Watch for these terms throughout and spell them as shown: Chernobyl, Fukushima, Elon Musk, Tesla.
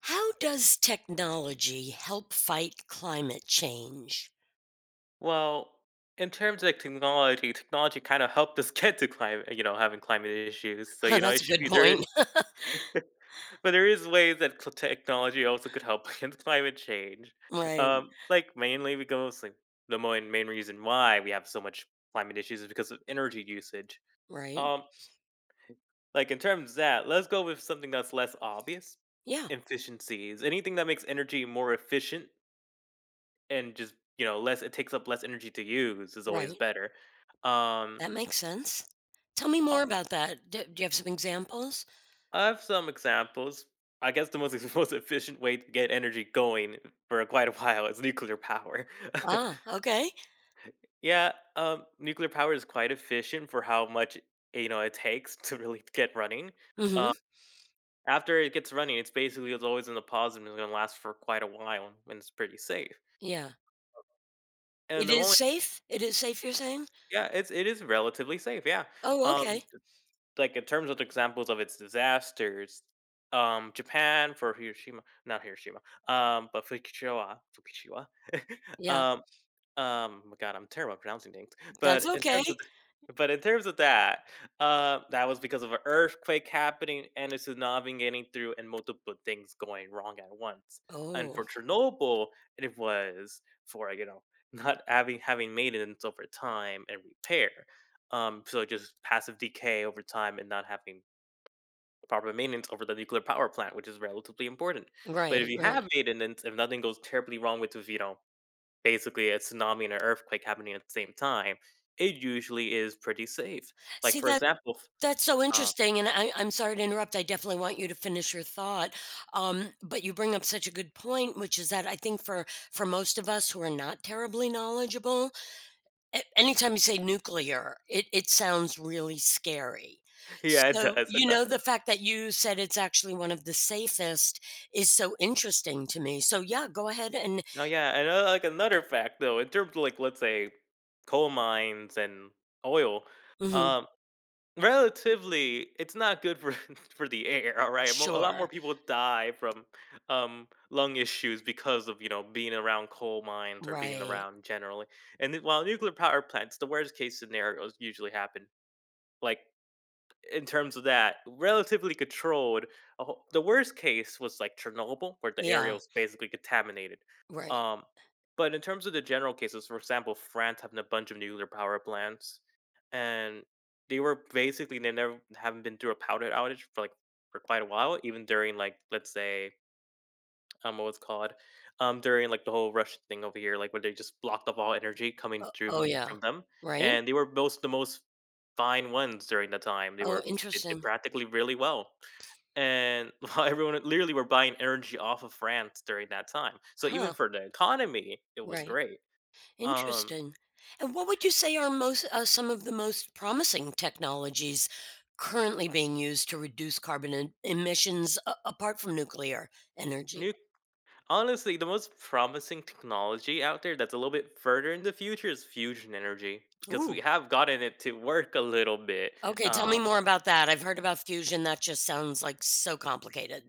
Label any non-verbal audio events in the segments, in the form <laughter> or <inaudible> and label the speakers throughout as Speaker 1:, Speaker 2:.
Speaker 1: How does technology help fight climate change? <laughs>
Speaker 2: Well, in terms of technology, technology kind of helped us <laughs> get to climate, having climate issues. So,
Speaker 1: That's
Speaker 2: it
Speaker 1: a
Speaker 2: should
Speaker 1: good
Speaker 2: be there,
Speaker 1: point. <laughs>
Speaker 2: <laughs> but there is ways that technology also could help <laughs> against climate change.
Speaker 1: Right,
Speaker 2: Mainly because like the main reason why we have so much climate issues is because of energy usage.
Speaker 1: right.
Speaker 2: Um, like in terms of that, let's go with something that's less obvious:
Speaker 1: Yeah,
Speaker 2: efficiencies. Anything that makes energy more efficient and just less, it takes up less energy to use is
Speaker 1: right.
Speaker 2: always better. Um,
Speaker 1: That makes sense. Tell me more
Speaker 2: Uh,
Speaker 1: about that. Do you have some examples?
Speaker 2: I have some examples. I guess the most <laughs> most efficient way to get energy going for quite a while is nuclear power. <laughs>
Speaker 1: Ah, okay.
Speaker 2: Yeah, nuclear power is quite efficient for how much it takes to really get running.
Speaker 1: Mm-hmm.
Speaker 2: Uh, After it gets running, it's basically it's always in the positive and it's going to last for quite a while, and it's pretty safe.
Speaker 1: Yeah.
Speaker 2: And
Speaker 1: It
Speaker 2: the
Speaker 1: is
Speaker 2: only
Speaker 1: safe. It is safe, you're saying?
Speaker 2: yeah, it is relatively safe. Yeah,
Speaker 1: Oh,
Speaker 2: um,
Speaker 1: okay.
Speaker 2: like in terms of the examples of its disasters, Japan for Hiroshima, not Hiroshima, but Fukushima, Fukushima, <laughs>
Speaker 1: Yeah,
Speaker 2: um, my god, I'm terrible at pronouncing things.
Speaker 1: that's
Speaker 2: But <laughs> in
Speaker 1: okay.
Speaker 2: terms of th but in terms of that, that was because of an earthquake happening and a tsunami getting through and multiple things going wrong at once. And
Speaker 1: Oh,
Speaker 2: for Chernobyl, it was for, you know, not having maintenance over time and repair. So just passive decay over time and not having proper maintenance over the nuclear power plant, which is relatively important. But if
Speaker 1: right,
Speaker 2: you
Speaker 1: right.
Speaker 2: have maintenance, if nothing goes terribly wrong with, you know, basically a tsunami and an earthquake happening at the same time, it usually is pretty safe. Like,
Speaker 1: See,
Speaker 2: for
Speaker 1: that
Speaker 2: example, f
Speaker 1: That's so
Speaker 2: uh
Speaker 1: interesting, and I'm sorry to interrupt, I definitely want you to finish your thought, but you bring up such a good point, which is that I think for most of us who are not terribly knowledgeable, a anytime you say nuclear, it sounds really scary.
Speaker 2: <laughs> yeah, it
Speaker 1: So,
Speaker 2: does, it
Speaker 1: the
Speaker 2: does.
Speaker 1: fact that you said it's actually one of the safest is so interesting to me. So, yeah, go ahead and
Speaker 2: Oh, yeah, and, like, another fact, though, in terms of, like, let's say, coal mines and oil,
Speaker 1: Mhm.
Speaker 2: um, relatively, it's not good for <laughs> for the air, alright? Mo A lot more
Speaker 1: Sure.
Speaker 2: people die from, lung issues because of, you know, being around coal mines or being
Speaker 1: Right.
Speaker 2: around generally, and then while nuclear power plants, the worst case scenarios usually happen, like in terms of that, relatively controlled. The worst case was like Chernobyl, where the area
Speaker 1: Yeah.
Speaker 2: was basically contaminated.
Speaker 1: Right.
Speaker 2: Um, but in terms of the general cases, for example, France having a bunch of nuclear power plants, and they were basically they never haven't been through a powder outage for like for quite a while, even during like let's say what's called during like the whole Russian thing over here like when they just blocked off all energy coming
Speaker 1: O oh,
Speaker 2: through
Speaker 1: yeah.
Speaker 2: from them
Speaker 1: Right?
Speaker 2: and they were most the most fine ones during the time they
Speaker 1: Oh,
Speaker 2: were they did
Speaker 1: interesting.
Speaker 2: practically really well and <laughs> while everyone literally were buying energy off of france during that time so even
Speaker 1: Huh.
Speaker 2: for the economy it was
Speaker 1: Right.
Speaker 2: great. Um
Speaker 1: Interesting. And what would you say are most some of the most promising technologies currently being used to reduce carbon emissions apart from nuclear energy?
Speaker 2: new Honestly, the most promising technology out there that's a little bit further in the future is fusion energy because we
Speaker 1: Ooh.
Speaker 2: have gotten it to work a little bit.
Speaker 1: Okay, tell me
Speaker 2: um
Speaker 1: more about that. I've heard about fusion. That just sounds like so complicated.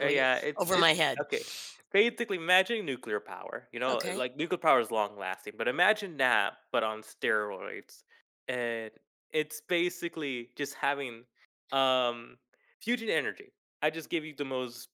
Speaker 2: Yeah,
Speaker 1: over my
Speaker 2: it's
Speaker 1: head.
Speaker 2: okay. Basically, imagine nuclear power. You know,
Speaker 1: Okay.
Speaker 2: like nuclear power is long lasting, but imagine that, but on steroids. And it's basically just having um fusion energy. I just give you the most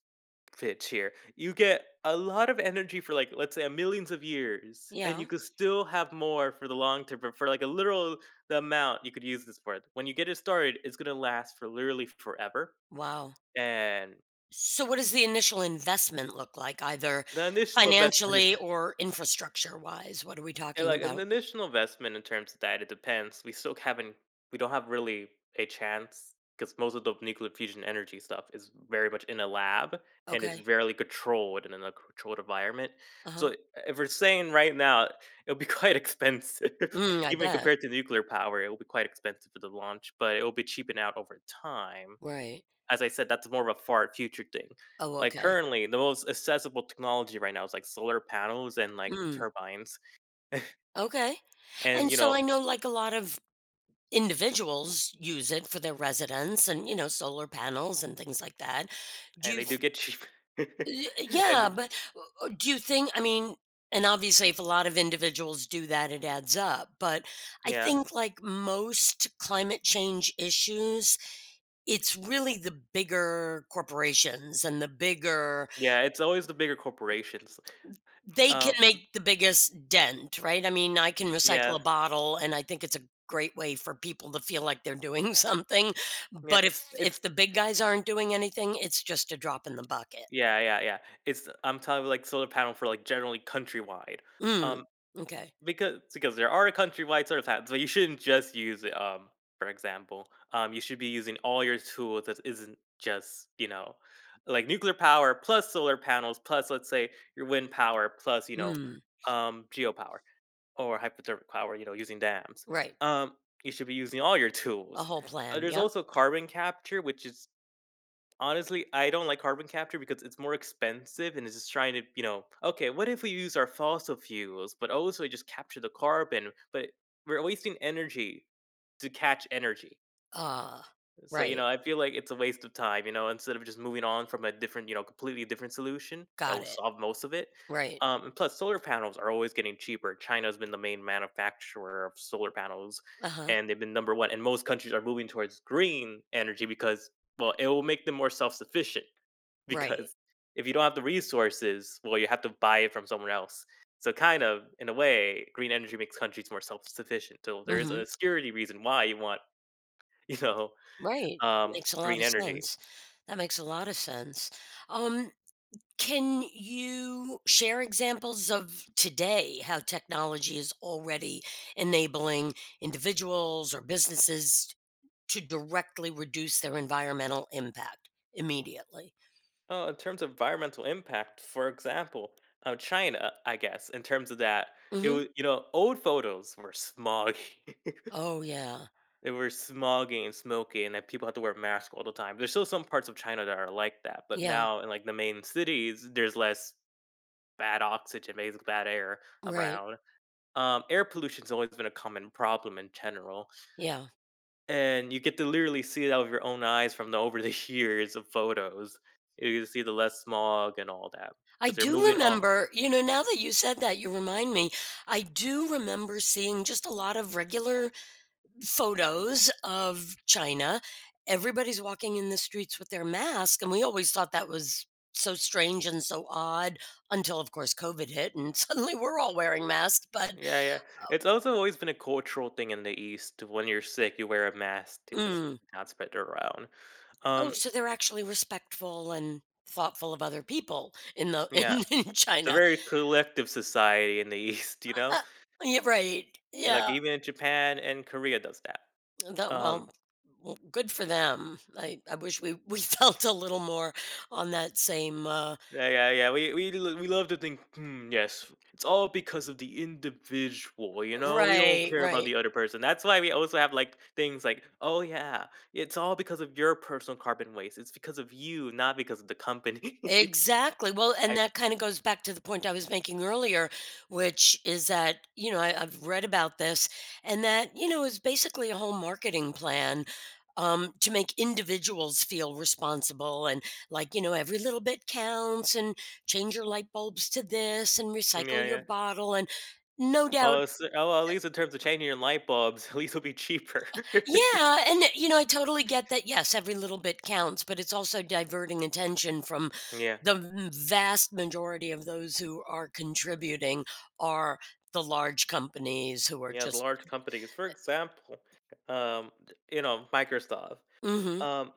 Speaker 2: pitch here. You get a lot of energy for like let's say millions of years, and you
Speaker 1: Yeah.
Speaker 2: could still have more for the long term. But for like a literal the amount you could use this for, when you get it started, it's gonna last for literally forever.
Speaker 1: Wow.
Speaker 2: And
Speaker 1: So what does the initial investment look like either
Speaker 2: the initial investment is
Speaker 1: financially or infrastructure wise? What are we
Speaker 2: yeah,
Speaker 1: talking
Speaker 2: like an
Speaker 1: about?
Speaker 2: initial investment in terms of that, it depends. We still haven't, we don't have really a chance because most of the nuclear fusion energy stuff is very much in a lab and it's
Speaker 1: Okay.
Speaker 2: very controlled and in a controlled environment.
Speaker 1: Uh-huh.
Speaker 2: So if we're saying right now, it'll be quite <laughs> expensive,
Speaker 1: Mm, I
Speaker 2: even
Speaker 1: bet.
Speaker 2: compared to nuclear power, it will be quite expensive for the launch, but it will be cheaping out over time.
Speaker 1: Right.
Speaker 2: As I said, that's more of a far future thing.
Speaker 1: Oh,
Speaker 2: Like
Speaker 1: okay.
Speaker 2: currently, the most accessible technology right now is like solar panels and like
Speaker 1: Mm,
Speaker 2: turbines
Speaker 1: okay. And
Speaker 2: and you
Speaker 1: so
Speaker 2: know
Speaker 1: I know like a lot of individuals use it for their residence and, you know, solar panels and things like that. Do
Speaker 2: and
Speaker 1: you
Speaker 2: they do
Speaker 1: th-
Speaker 2: get cheap. <laughs> And
Speaker 1: yeah,
Speaker 2: they
Speaker 1: but do you think I mean, and obviously if a lot of individuals do that it adds up, but I
Speaker 2: yeah.
Speaker 1: think like most climate change issues, it's really the bigger corporations and the bigger
Speaker 2: Yeah, it's always the bigger corporations.
Speaker 1: They can
Speaker 2: Um,
Speaker 1: make the biggest dent, right? I mean, I can recycle
Speaker 2: yeah,
Speaker 1: a bottle, and I think it's a great way for people to feel like they're doing <laughs> something,
Speaker 2: yeah,
Speaker 1: but if the
Speaker 2: it's
Speaker 1: big guys aren't doing anything, it's just a drop in the bucket.
Speaker 2: yeah, It's I'm talking like solar panel for like generally countrywide.
Speaker 1: Mm,
Speaker 2: Um,
Speaker 1: okay.
Speaker 2: because there are countrywide solar panels, but you shouldn't just use it, for example. You should be using all your tools that isn't just, you know, like nuclear power plus solar panels plus let's say your wind power plus, you know,
Speaker 1: Mm,
Speaker 2: geopower or hypothermic power, you know, using dams.
Speaker 1: right.
Speaker 2: Um, you should be using all your
Speaker 1: A
Speaker 2: tools.
Speaker 1: whole plan,
Speaker 2: There's
Speaker 1: yep.
Speaker 2: also carbon capture, which is honestly, I don't like carbon capture because it's more expensive and it's just trying to, you know, okay, what if we use our fossil fuels, but also just capture the carbon, but we're wasting energy to catch energy.
Speaker 1: Ah,
Speaker 2: So, you
Speaker 1: right.
Speaker 2: know, I feel like it's a waste of time, you know, instead of just moving on from a different, you know, completely different solution that
Speaker 1: Got
Speaker 2: will
Speaker 1: it.
Speaker 2: solve most of it.
Speaker 1: Right.
Speaker 2: And plus, solar panels are always getting cheaper. China's been the main manufacturer of solar panels,
Speaker 1: Uh-huh.
Speaker 2: and they've been number one. And most countries are moving towards green energy because, well, it will make them more self sufficient. <laughs>
Speaker 1: Right.
Speaker 2: Because if you don't have the resources, well, you have to buy it from someone else. So, kind of, in a way, green energy makes countries more self sufficient. So, there is
Speaker 1: Mhm.
Speaker 2: a security reason why you want, <laughs> you know,
Speaker 1: Right. That makes a lot
Speaker 2: green
Speaker 1: of
Speaker 2: energy.
Speaker 1: sense. That makes a lot of sense. Um, can you share examples of today how technology is already enabling individuals or businesses to directly reduce their environmental impact immediately?
Speaker 2: Oh, in terms of environmental impact, for example, China, I guess, in terms of that, it
Speaker 1: Mhm.
Speaker 2: was you know old photos were smoggy.
Speaker 1: Oh, yeah.
Speaker 2: <laughs> They were smoggy and smoky, and that people had to wear masks all the time. There's still some parts of China that are like that, but
Speaker 1: Yeah.
Speaker 2: now in like the main cities, there's less bad oxygen, basically bad air
Speaker 1: Right.
Speaker 2: around. Air pollution's always been a common problem in general.
Speaker 1: Yeah.
Speaker 2: And you get to literally see it out of your own eyes from the over the <laughs> years of photos. You can see the less smog and all that
Speaker 1: I
Speaker 2: because they're
Speaker 1: do
Speaker 2: moving on.
Speaker 1: remember, you know, now that you said that, you remind me, I do remember seeing just a lot of regular photos of China. Everybody's walking in the streets with their mask, and we always thought that was so strange and so odd until, of course, COVID hit, and <laughs> suddenly we're all wearing masks. But
Speaker 2: Yeah, yeah. It's also always been a cultural thing in the East. When you're sick, you wear a mask to just
Speaker 1: mm,
Speaker 2: not spread it around.
Speaker 1: oh,
Speaker 2: Um,
Speaker 1: so they're actually respectful and thoughtful of other people in the
Speaker 2: yeah,
Speaker 1: <laughs> in
Speaker 2: it's a
Speaker 1: China.
Speaker 2: very collective society in the <laughs> East. You know,
Speaker 1: Uh, yeah, right.
Speaker 2: like
Speaker 1: Yeah.
Speaker 2: even in Japan and Korea does that.
Speaker 1: That,
Speaker 2: Um,
Speaker 1: well, well, good for them. I wish we <laughs> felt a little more on that same.
Speaker 2: Yeah, We we love to think, hmm, yes, it's all because of the individual, you know? We don't
Speaker 1: Right.
Speaker 2: care about
Speaker 1: Right.
Speaker 2: the other person. That's why we also have like things like, oh yeah, it's all because of your personal carbon waste. It's because of you, not because of the company.
Speaker 1: Exactly. Well,
Speaker 2: <laughs>
Speaker 1: and
Speaker 2: I
Speaker 1: that kind of goes back to the point I was making earlier, which is that, you know, I've read about this and that, you know, is basically a whole marketing plan to make individuals feel responsible and like, you know, every little bit counts and change your light bulbs to this and
Speaker 2: yeah,
Speaker 1: recycle your
Speaker 2: yeah.
Speaker 1: bottle. And no doubt.
Speaker 2: Well, it's, oh, well, at least in terms of changing your light bulbs, <laughs> at least it'll be cheaper.
Speaker 1: Yeah, and, you know, I totally get that, yes, every little bit counts, but it's also diverting attention from
Speaker 2: <laughs> Yeah,
Speaker 1: the m vast majority of those who are contributing are the large companies who are
Speaker 2: yeah. The
Speaker 1: just
Speaker 2: large companies, for example, um, you know, Microsoft.
Speaker 1: Mhm.
Speaker 2: Um,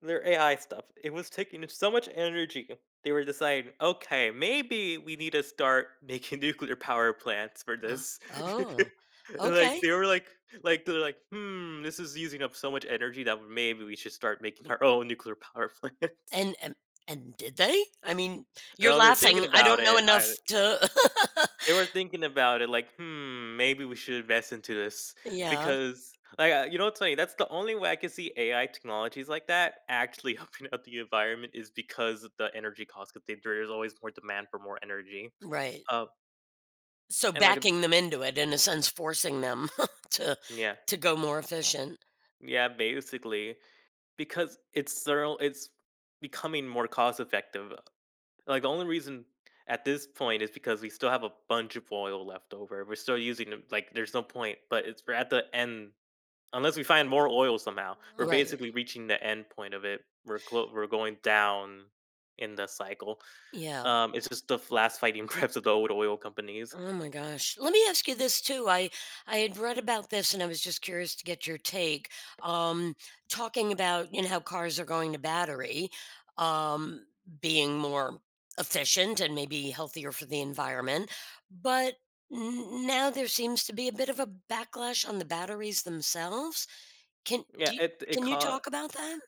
Speaker 2: Their AI stuff, it was taking so much energy. They were deciding, "Okay, maybe we need to start making <laughs> nuclear power plants for
Speaker 1: Uh,
Speaker 2: this." <laughs>
Speaker 1: oh,
Speaker 2: Like,
Speaker 1: okay.
Speaker 2: they were like, "Hmm, this is using up so much energy that maybe we should start making our own nuclear power plants."
Speaker 1: And
Speaker 2: <laughs>
Speaker 1: and and did they? I mean, you're
Speaker 2: Now they're thinking
Speaker 1: laughing. I
Speaker 2: about
Speaker 1: don't know
Speaker 2: it, I
Speaker 1: enough to <laughs>
Speaker 2: they were thinking about it like, "Hmm, maybe we should invest into this."
Speaker 1: Yeah,
Speaker 2: Because, like, you know what's funny? That's the only way I can see AI technologies like that actually <laughs> helping out the environment is because of the energy costs, 'cause because there's always more demand for more energy.
Speaker 1: right.
Speaker 2: Uh,
Speaker 1: So
Speaker 2: and like it's
Speaker 1: backing them into it, in a sense, forcing them <laughs> to
Speaker 2: yeah.
Speaker 1: to go more efficient.
Speaker 2: Yeah, basically, because it's becoming more cost effective. Like, the only reason at this point is because we still have a bunch of oil left over. We're still using it, like, there's no point, but it's we're at the end unless we find more oil somehow, we're
Speaker 1: Right.
Speaker 2: basically reaching the end point of it. We're going down in the cycle.
Speaker 1: Yeah.
Speaker 2: It's just the last fighting <laughs> grips of the old oil companies.
Speaker 1: Oh my gosh. Let me ask you this too. I had read about this and I was just curious to get your take. Um, talking about, you know, how cars are going to battery, um, being more efficient and maybe healthier for the environment, but now there seems to be a bit of a backlash on the batteries themselves. Can
Speaker 2: Yeah,
Speaker 1: do you, can you talk about that?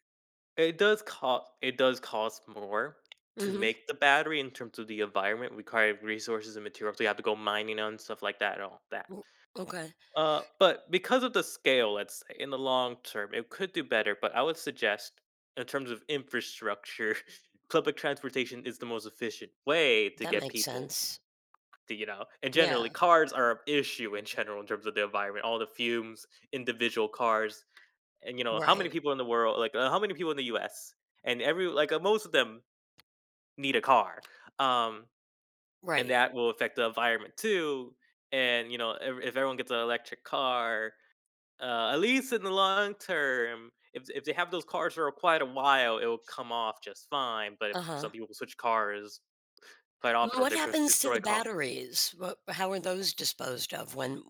Speaker 2: it does cost more to
Speaker 1: Mhm.
Speaker 2: make the battery in terms of the environment, required resources and materials. We have to go mining and stuff like that and all that.
Speaker 1: Mm, okay.
Speaker 2: But because of the scale, let's say in the long term, it could do better. But I would suggest, in terms of infrastructure, <laughs> public transportation is the most efficient way to
Speaker 1: That
Speaker 2: get
Speaker 1: makes
Speaker 2: people.
Speaker 1: sense.
Speaker 2: To, you know, and generally,
Speaker 1: Yeah,
Speaker 2: cars are an issue in general in terms of the environment. All the fumes, individual cars, and you know, how many
Speaker 1: right.
Speaker 2: people in the world, like how many people in the U.S. and every like most of them need a car, um, and
Speaker 1: Right.
Speaker 2: that will affect the environment too. And you know, if everyone gets an electric car, at least in the long term, if they have those cars for quite a while, it will come off just fine. But if
Speaker 1: Uh-huh.
Speaker 2: some people switch cars quite
Speaker 1: And
Speaker 2: often, or
Speaker 1: what
Speaker 2: they
Speaker 1: happens to
Speaker 2: destroy
Speaker 1: the
Speaker 2: a car,
Speaker 1: batteries? What, how are those disposed of when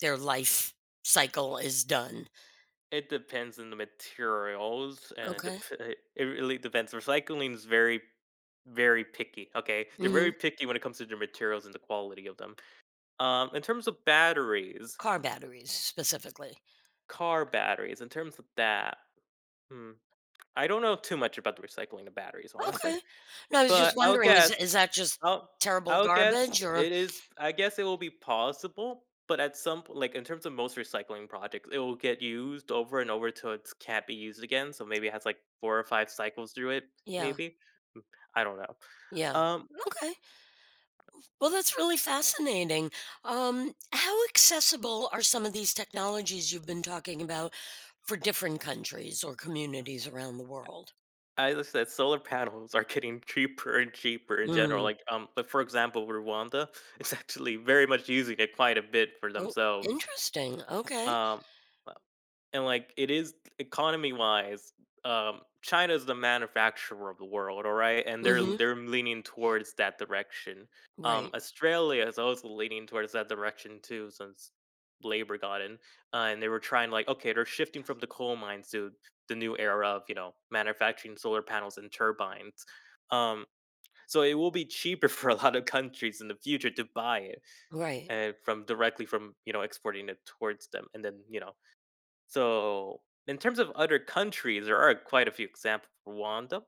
Speaker 1: their life cycle is done?
Speaker 2: it depends on the materials, and it
Speaker 1: Okay.
Speaker 2: <laughs> it really depends. Recycling is very very picky. Okay, they're
Speaker 1: Hmm.
Speaker 2: very picky when it comes to the materials and the quality of them. In terms of batteries,
Speaker 1: Car batteries specifically.
Speaker 2: car batteries, in terms of that, hmm, I don't know too much about the recycling of batteries, honestly.
Speaker 1: Okay. No, I was just
Speaker 2: But I would
Speaker 1: wondering,
Speaker 2: guess
Speaker 1: is that just
Speaker 2: I'll
Speaker 1: terrible garbage or
Speaker 2: I guess it will be possible, but at some po like, in terms of most recycling projects, it will get used over and over till it can't be used again, so maybe it has, like, 4 or 5 cycles through it,
Speaker 1: yeah,
Speaker 2: maybe? Mm, I don't know.
Speaker 1: yeah.
Speaker 2: Um
Speaker 1: Okay. Well, that's really fascinating. How accessible are some of these technologies you've been talking about for different countries or communities around the world?
Speaker 2: As I said, solar panels are getting cheaper and cheaper in general,
Speaker 1: Mm.
Speaker 2: like, but for example, Rwanda is <laughs> actually very much using it quite a bit for
Speaker 1: Oh,
Speaker 2: themselves.
Speaker 1: interesting. Okay.
Speaker 2: Um, uh, and, like, it is economy-wise, China is the manufacturer of the world, alright? And they're
Speaker 1: Hmm.
Speaker 2: they're leaning towards that direction.
Speaker 1: Right,
Speaker 2: Australia is also leaning towards that direction too since Labor got in, and they were trying, like, okay, they're shifting from the coal mines to the new era of, you know, manufacturing solar panels and turbines. Um, so it will be cheaper <laughs> for a lot of countries in the future to buy it,
Speaker 1: right.
Speaker 2: and from directly from, you know, exporting it towards them, and then, you know, so, in terms of other countries, there are quite a few examples. Rwanda,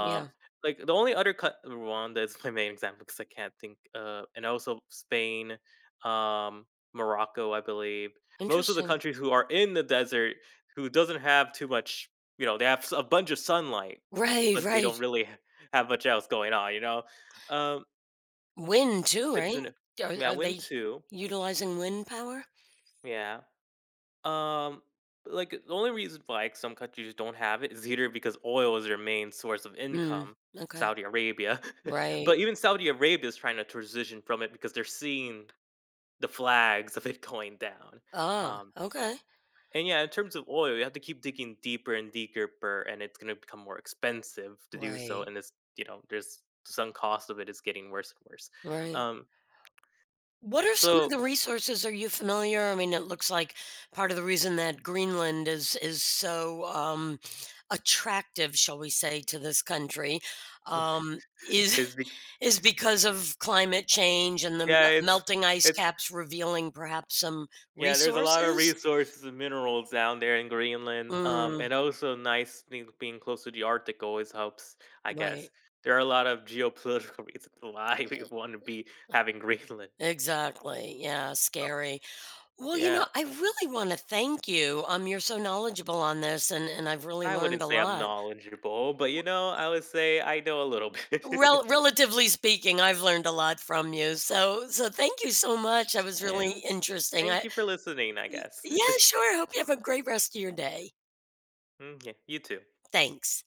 Speaker 1: Yeah,
Speaker 2: like the only other co- Rwanda is my main example because I can't think. And also Spain, um, Morocco, I believe. Most of the
Speaker 1: interesting.
Speaker 2: countries who are in the desert, who doesn't have too much, you know, they have a bunch of sunlight,
Speaker 1: Right,
Speaker 2: but they
Speaker 1: right.
Speaker 2: don't really have much else going on. You know, um,
Speaker 1: Wind too,
Speaker 2: it's
Speaker 1: right?
Speaker 2: an
Speaker 1: Are,
Speaker 2: yeah. I
Speaker 1: are
Speaker 2: went
Speaker 1: they
Speaker 2: to
Speaker 1: utilizing wind power?
Speaker 2: Yeah. Um, like the only reason why like, some countries just don't have it is either because oil is their main source of
Speaker 1: Mm,
Speaker 2: income,
Speaker 1: okay.
Speaker 2: Saudi Arabia, <laughs>
Speaker 1: Right.
Speaker 2: but even Saudi Arabia is trying to transition from it because they're seeing the flags of it <laughs> going down.
Speaker 1: Ah,
Speaker 2: Um,
Speaker 1: okay.
Speaker 2: and yeah, in terms of oil, you have to keep digging deeper and deeper, and it's going to become more expensive to do so.
Speaker 1: Right,
Speaker 2: And it's you know, there's some cost of it is getting worse and worse.
Speaker 1: right.
Speaker 2: Um,
Speaker 1: What are some of
Speaker 2: so
Speaker 1: the resources? Are you familiar? I mean, it looks like part of the reason that Greenland is so attractive, shall we say, to this country, um,
Speaker 2: <laughs>
Speaker 1: is
Speaker 2: it's bec-
Speaker 1: <laughs> is because of climate change and the
Speaker 2: yeah,
Speaker 1: melting ice
Speaker 2: it's
Speaker 1: caps revealing perhaps some
Speaker 2: Yeah, there's a lot of
Speaker 1: resources.
Speaker 2: resources and minerals down there in Greenland.
Speaker 1: Mm,
Speaker 2: And also nice thing being close to the Arctic always helps, I guess.
Speaker 1: right.
Speaker 2: There are a lot of geopolitical <laughs> reasons why we want to be having Greenland.
Speaker 1: Exactly. Yeah,
Speaker 2: Uh,
Speaker 1: scary. Well, you know,
Speaker 2: yeah,
Speaker 1: I really want to thank you. You're so knowledgeable on this, and I've really
Speaker 2: I
Speaker 1: learned
Speaker 2: wouldn't
Speaker 1: a
Speaker 2: say I'm
Speaker 1: lot.
Speaker 2: knowledgeable, but you know, I would say I know a little bit.
Speaker 1: Relatively speaking, I've learned a lot from you, so so thank you so much, that
Speaker 2: <laughs>
Speaker 1: was really
Speaker 2: And
Speaker 1: interesting,
Speaker 2: thank
Speaker 1: I
Speaker 2: you for listening, I
Speaker 1: Y
Speaker 2: guess.
Speaker 1: yeah, sure, hope you have a great rest of your day.
Speaker 2: Mm, yeah, you too.
Speaker 1: Thanks.